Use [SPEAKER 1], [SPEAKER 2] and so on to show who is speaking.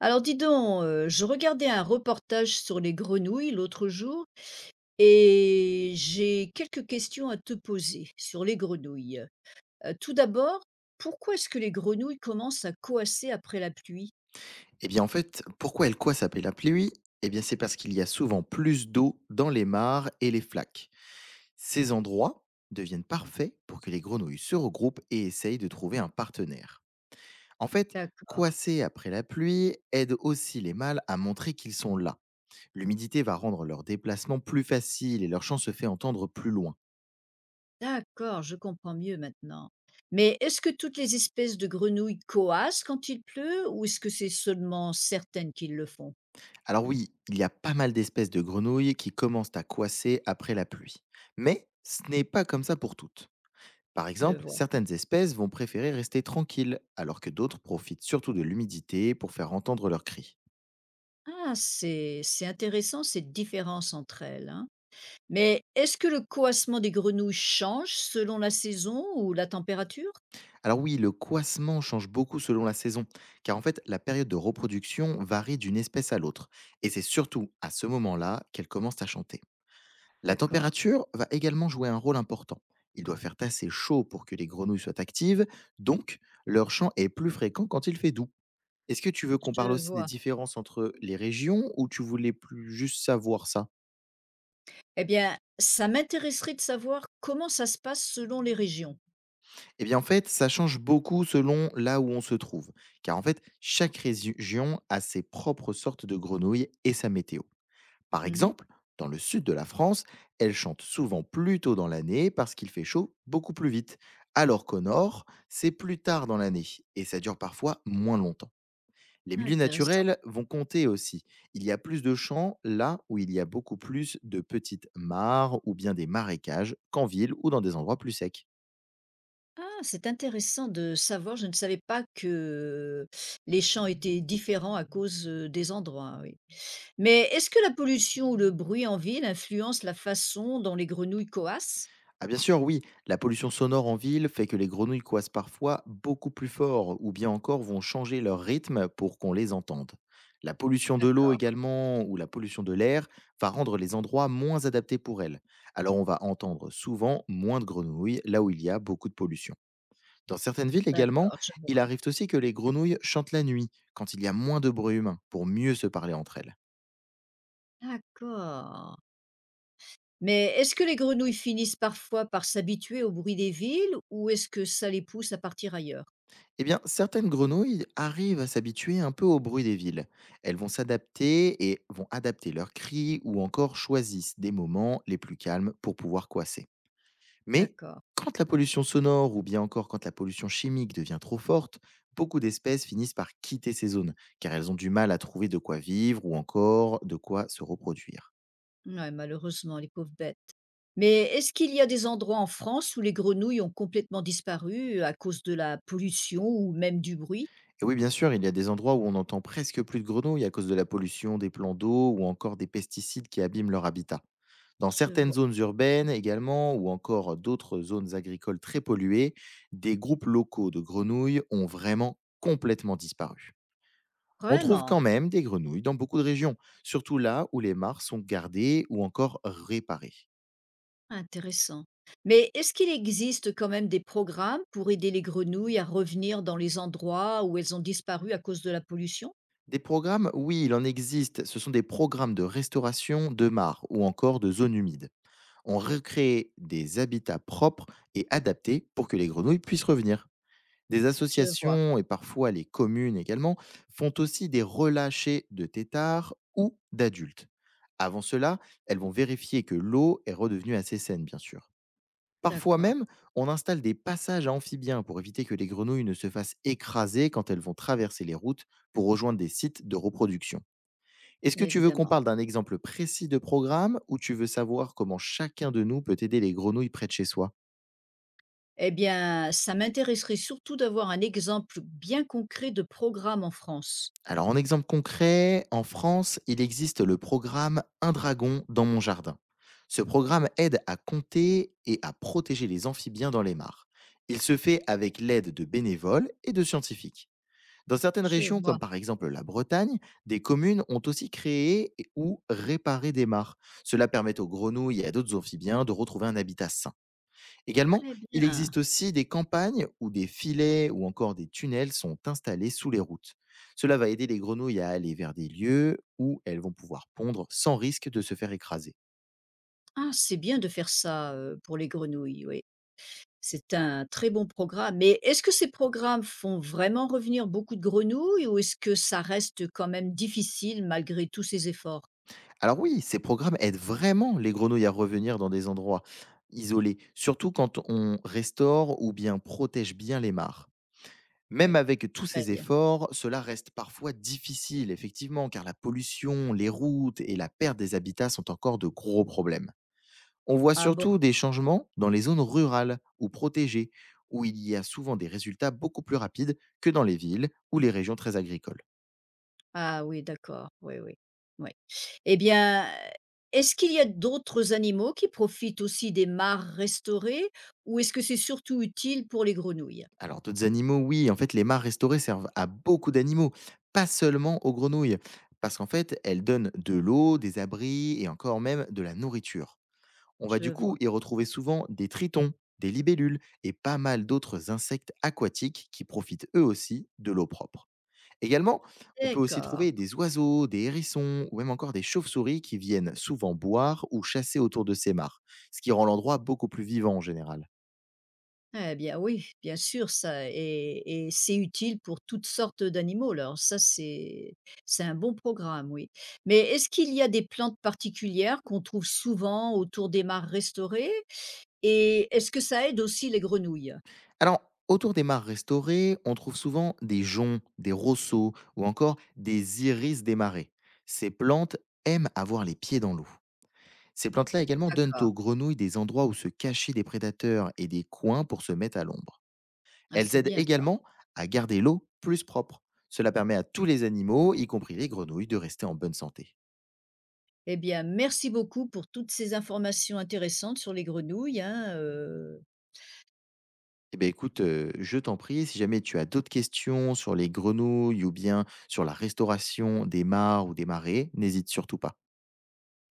[SPEAKER 1] Alors dis donc, je regardais un reportage sur les grenouilles l'autre jour et j'ai quelques questions à te poser sur les grenouilles. Tout d'abord, pourquoi est-ce que les grenouilles commencent à coasser après la pluie?
[SPEAKER 2] Eh bien, en fait, pourquoi elle coince après la pluie? Eh bien, c'est parce qu'il y a souvent plus d'eau dans les mares et les flaques. Ces endroits deviennent parfaits pour que les grenouilles se regroupent et essayent de trouver un partenaire. En fait,
[SPEAKER 1] D'accord,
[SPEAKER 2] coasser après la pluie aide aussi les mâles à montrer qu'ils sont là. L'humidité va rendre leur déplacement plus facile et leur chant se fait entendre plus loin.
[SPEAKER 1] d'accord, je comprends mieux maintenant. Mais est-ce que toutes les espèces de grenouilles coassent quand il pleut ou est-ce que c'est seulement certaines qui le font?
[SPEAKER 2] Alors oui, il y a pas mal d'espèces de grenouilles qui commencent à coasser après la pluie. Mais ce n'est pas comme ça pour toutes. Par
[SPEAKER 1] Je
[SPEAKER 2] exemple,
[SPEAKER 1] vois.
[SPEAKER 2] certaines espèces vont préférer rester tranquilles, alors que d'autres profitent surtout de l'humidité pour faire entendre leurs cris.
[SPEAKER 1] Ah, c'est intéressant cette différence entre elles, hein. Mais est-ce que le coassement des grenouilles change selon la saison ou la température?
[SPEAKER 2] Alors oui, le coassement change beaucoup selon la saison, car en fait, la période de reproduction varie d'une espèce à l'autre, et c'est surtout à ce moment-là qu'elle commence à chanter. La
[SPEAKER 1] D'accord,
[SPEAKER 2] température va également jouer un rôle important. Il doit faire assez chaud pour que les grenouilles soient actives, donc leur chant est plus fréquent quand il fait doux. Est-ce que tu veux qu'on parle
[SPEAKER 1] je
[SPEAKER 2] aussi des
[SPEAKER 1] vois.
[SPEAKER 2] différences entre les régions ou tu voulais plus juste savoir ça?
[SPEAKER 1] Eh bien, ça m'intéresserait de savoir comment ça se passe selon les régions.
[SPEAKER 2] Eh bien, en fait, ça change beaucoup selon là où on se trouve, car en fait, chaque région a ses propres sortes de grenouilles et sa météo. Par
[SPEAKER 1] Mhm.
[SPEAKER 2] exemple, dans le sud de la France, elles chantent souvent plus tôt dans l'année parce qu'il fait chaud beaucoup plus vite, alors qu'au nord, c'est plus tard dans l'année et ça dure parfois moins longtemps. Les milieux
[SPEAKER 1] Intéressant.
[SPEAKER 2] naturels vont compter aussi. Il y a plus de champs là où il y a beaucoup plus de petites mares ou bien des marécages qu'en ville ou dans des endroits plus secs.
[SPEAKER 1] Ah, c'est intéressant de savoir. Je ne savais pas que les champs étaient différents à cause des endroits. Oui. Mais est-ce que la pollution ou le bruit en ville influence la façon dont les grenouilles coassent?
[SPEAKER 2] Ah bien sûr, oui, la pollution sonore en ville fait que les grenouilles coassent parfois beaucoup plus fort ou bien encore vont changer leur rythme pour qu'on les entende. La pollution de l'eau
[SPEAKER 1] D'accord,
[SPEAKER 2] également ou la pollution de l'air va rendre les endroits moins adaptés pour elles. Alors on va entendre souvent moins de grenouilles là où il y a beaucoup de pollution. Dans certaines villes également,
[SPEAKER 1] d'accord, je vois.
[SPEAKER 2] il arrive aussi que les grenouilles chantent la nuit quand il y a moins de bruit humain pour mieux se parler entre elles.
[SPEAKER 1] D'accord. Mais est-ce que les grenouilles finissent parfois par s'habituer au bruit des villes ou est-ce que ça les pousse à partir ailleurs?
[SPEAKER 2] Eh bien, certaines grenouilles arrivent à s'habituer un peu au bruit des villes. Elles vont s'adapter et vont adapter leurs cris ou encore choisissent des moments les plus calmes pour pouvoir coasser. Mais
[SPEAKER 1] D'accord.
[SPEAKER 2] quand la pollution sonore ou bien encore quand la pollution chimique devient trop forte, beaucoup d'espèces finissent par quitter ces zones car elles ont du mal à trouver de quoi vivre ou encore de quoi se reproduire.
[SPEAKER 1] Ouais, malheureusement, les pauvres bêtes. Mais est-ce qu'il y a des endroits en France où les grenouilles ont complètement disparu à cause de la pollution ou même du bruit?
[SPEAKER 2] Et oui, bien sûr, il y a des endroits où on n'entend presque plus de grenouilles à cause de la pollution des plans d'eau ou encore des pesticides qui abîment leur habitat. Dans
[SPEAKER 1] Je
[SPEAKER 2] certaines
[SPEAKER 1] vois.
[SPEAKER 2] zones urbaines également, ou encore d'autres zones agricoles très polluées, des groupes locaux de grenouilles ont vraiment complètement disparu. On trouve
[SPEAKER 1] Vraiment
[SPEAKER 2] quand même des grenouilles dans beaucoup de régions, surtout là où les mares sont gardées ou encore réparées.
[SPEAKER 1] intéressant. Mais est-ce qu'il existe quand même des programmes pour aider les grenouilles à revenir dans les endroits où elles ont disparu à cause de la pollution?
[SPEAKER 2] Des programmes, oui, il en existe. Ce sont des programmes de restauration de mares ou encore de zones humides. On recrée des habitats propres et adaptés pour que les grenouilles puissent revenir. Des
[SPEAKER 1] Je vois.
[SPEAKER 2] associations et parfois les communes également font aussi des relâchés de têtards ou d'adultes. Avant cela, elles vont vérifier que l'eau est redevenue assez saine, bien sûr. Parfois
[SPEAKER 1] D'accord.
[SPEAKER 2] même, on installe des passages à amphibiens pour éviter que les grenouilles ne se fassent écraser quand elles vont traverser les routes pour rejoindre des sites de reproduction. Est-ce que tu veux qu'on
[SPEAKER 1] Évidemment.
[SPEAKER 2] parle d'un exemple précis de programme ou tu veux savoir comment chacun de nous peut aider les grenouilles près de chez soi?
[SPEAKER 1] Eh bien, ça m'intéresserait surtout d'avoir un exemple bien concret de programme en France.
[SPEAKER 2] Alors en exemple concret, en France, il existe le programme Un dragon dans mon jardin. Ce programme aide à compter et à protéger les amphibiens dans les mares. Il se fait avec l'aide de bénévoles et de scientifiques. Dans certaines
[SPEAKER 1] Je
[SPEAKER 2] régions, comme
[SPEAKER 1] vois.
[SPEAKER 2] par exemple la Bretagne, des communes ont aussi ou réparé des mares. Cela permet aux grenouilles et à d'autres amphibiens de retrouver un habitat sain. Également,
[SPEAKER 1] Très
[SPEAKER 2] il
[SPEAKER 1] bien.
[SPEAKER 2] existe aussi des campagnes où des filets ou encore des tunnels sont installés sous les routes. Cela va aider les grenouilles à aller vers des lieux où elles vont pouvoir pondre sans risque de se faire écraser.
[SPEAKER 1] Ah, c'est bien de faire ça pour les grenouilles, oui. C'est un très bon programme. Mais est-ce que ces programmes font vraiment revenir beaucoup de grenouilles ou est-ce que ça reste quand même difficile malgré tous ces efforts?
[SPEAKER 2] Alors oui, ces programmes aident vraiment les grenouilles à revenir dans des endroits isolés, surtout quand on restaure ou bien protège bien les mares. Même
[SPEAKER 1] Oui,
[SPEAKER 2] avec tous
[SPEAKER 1] très
[SPEAKER 2] ces
[SPEAKER 1] bien.
[SPEAKER 2] efforts, cela reste parfois difficile, effectivement, car la pollution, les routes et la perte des habitats sont encore de gros problèmes. On voit
[SPEAKER 1] Ah bon.
[SPEAKER 2] surtout des changements dans les zones rurales ou protégées, où il y a souvent des résultats beaucoup plus rapides que dans les villes ou les régions très agricoles.
[SPEAKER 1] Ah oui, d'accord, oui, oui, oui. Eh bien, est-ce qu'il y a d'autres animaux qui profitent aussi des mares restaurées ou est-ce que c'est surtout utile pour les grenouilles?
[SPEAKER 2] Alors d'autres animaux, oui, en fait les mares restaurées servent à beaucoup d'animaux, pas seulement aux grenouilles, parce qu'en fait elles donnent de l'eau, des abris et encore même de la nourriture. On va du
[SPEAKER 1] Je
[SPEAKER 2] coup
[SPEAKER 1] vois.
[SPEAKER 2] y retrouver souvent des tritons, des libellules et pas mal d'autres insectes aquatiques qui profitent eux aussi de l'eau propre. Également, on peut aussi
[SPEAKER 1] D'accord.
[SPEAKER 2] trouver des oiseaux, des hérissons ou même encore des chauves-souris qui viennent souvent boire ou chasser autour de ces mares, ce qui rend l'endroit beaucoup plus vivant en général.
[SPEAKER 1] Eh bien oui, bien sûr, ça et c'est utile pour toutes sortes d'animaux. Alors ça, c'est un bon programme, oui. Mais est-ce qu'il y a des plantes particulières qu'on trouve souvent autour des mares restaurées? Et est-ce que ça aide aussi les grenouilles?
[SPEAKER 2] Alors, autour des mares restaurées, on trouve souvent des joncs, des rosseaux ou encore des iris des marais. Ces plantes aiment avoir les pieds dans l'eau. Ces plantes-là également donnent
[SPEAKER 1] D'accord.
[SPEAKER 2] aux grenouilles des endroits où se cacher des prédateurs et des coins pour se mettre à l'ombre.
[SPEAKER 1] Ah,
[SPEAKER 2] Elles
[SPEAKER 1] c'est
[SPEAKER 2] aident
[SPEAKER 1] bien ça.
[SPEAKER 2] également à garder l'eau plus propre. Cela permet à tous les animaux, y compris les grenouilles, de rester en bonne santé.
[SPEAKER 1] Eh bien, merci beaucoup pour toutes ces informations intéressantes sur les grenouilles, hein,
[SPEAKER 2] Eh bien écoute, je t'en prie, si jamais tu as d'autres questions sur les grenouilles ou bien sur la restauration des mares ou des marées, n'hésite surtout pas.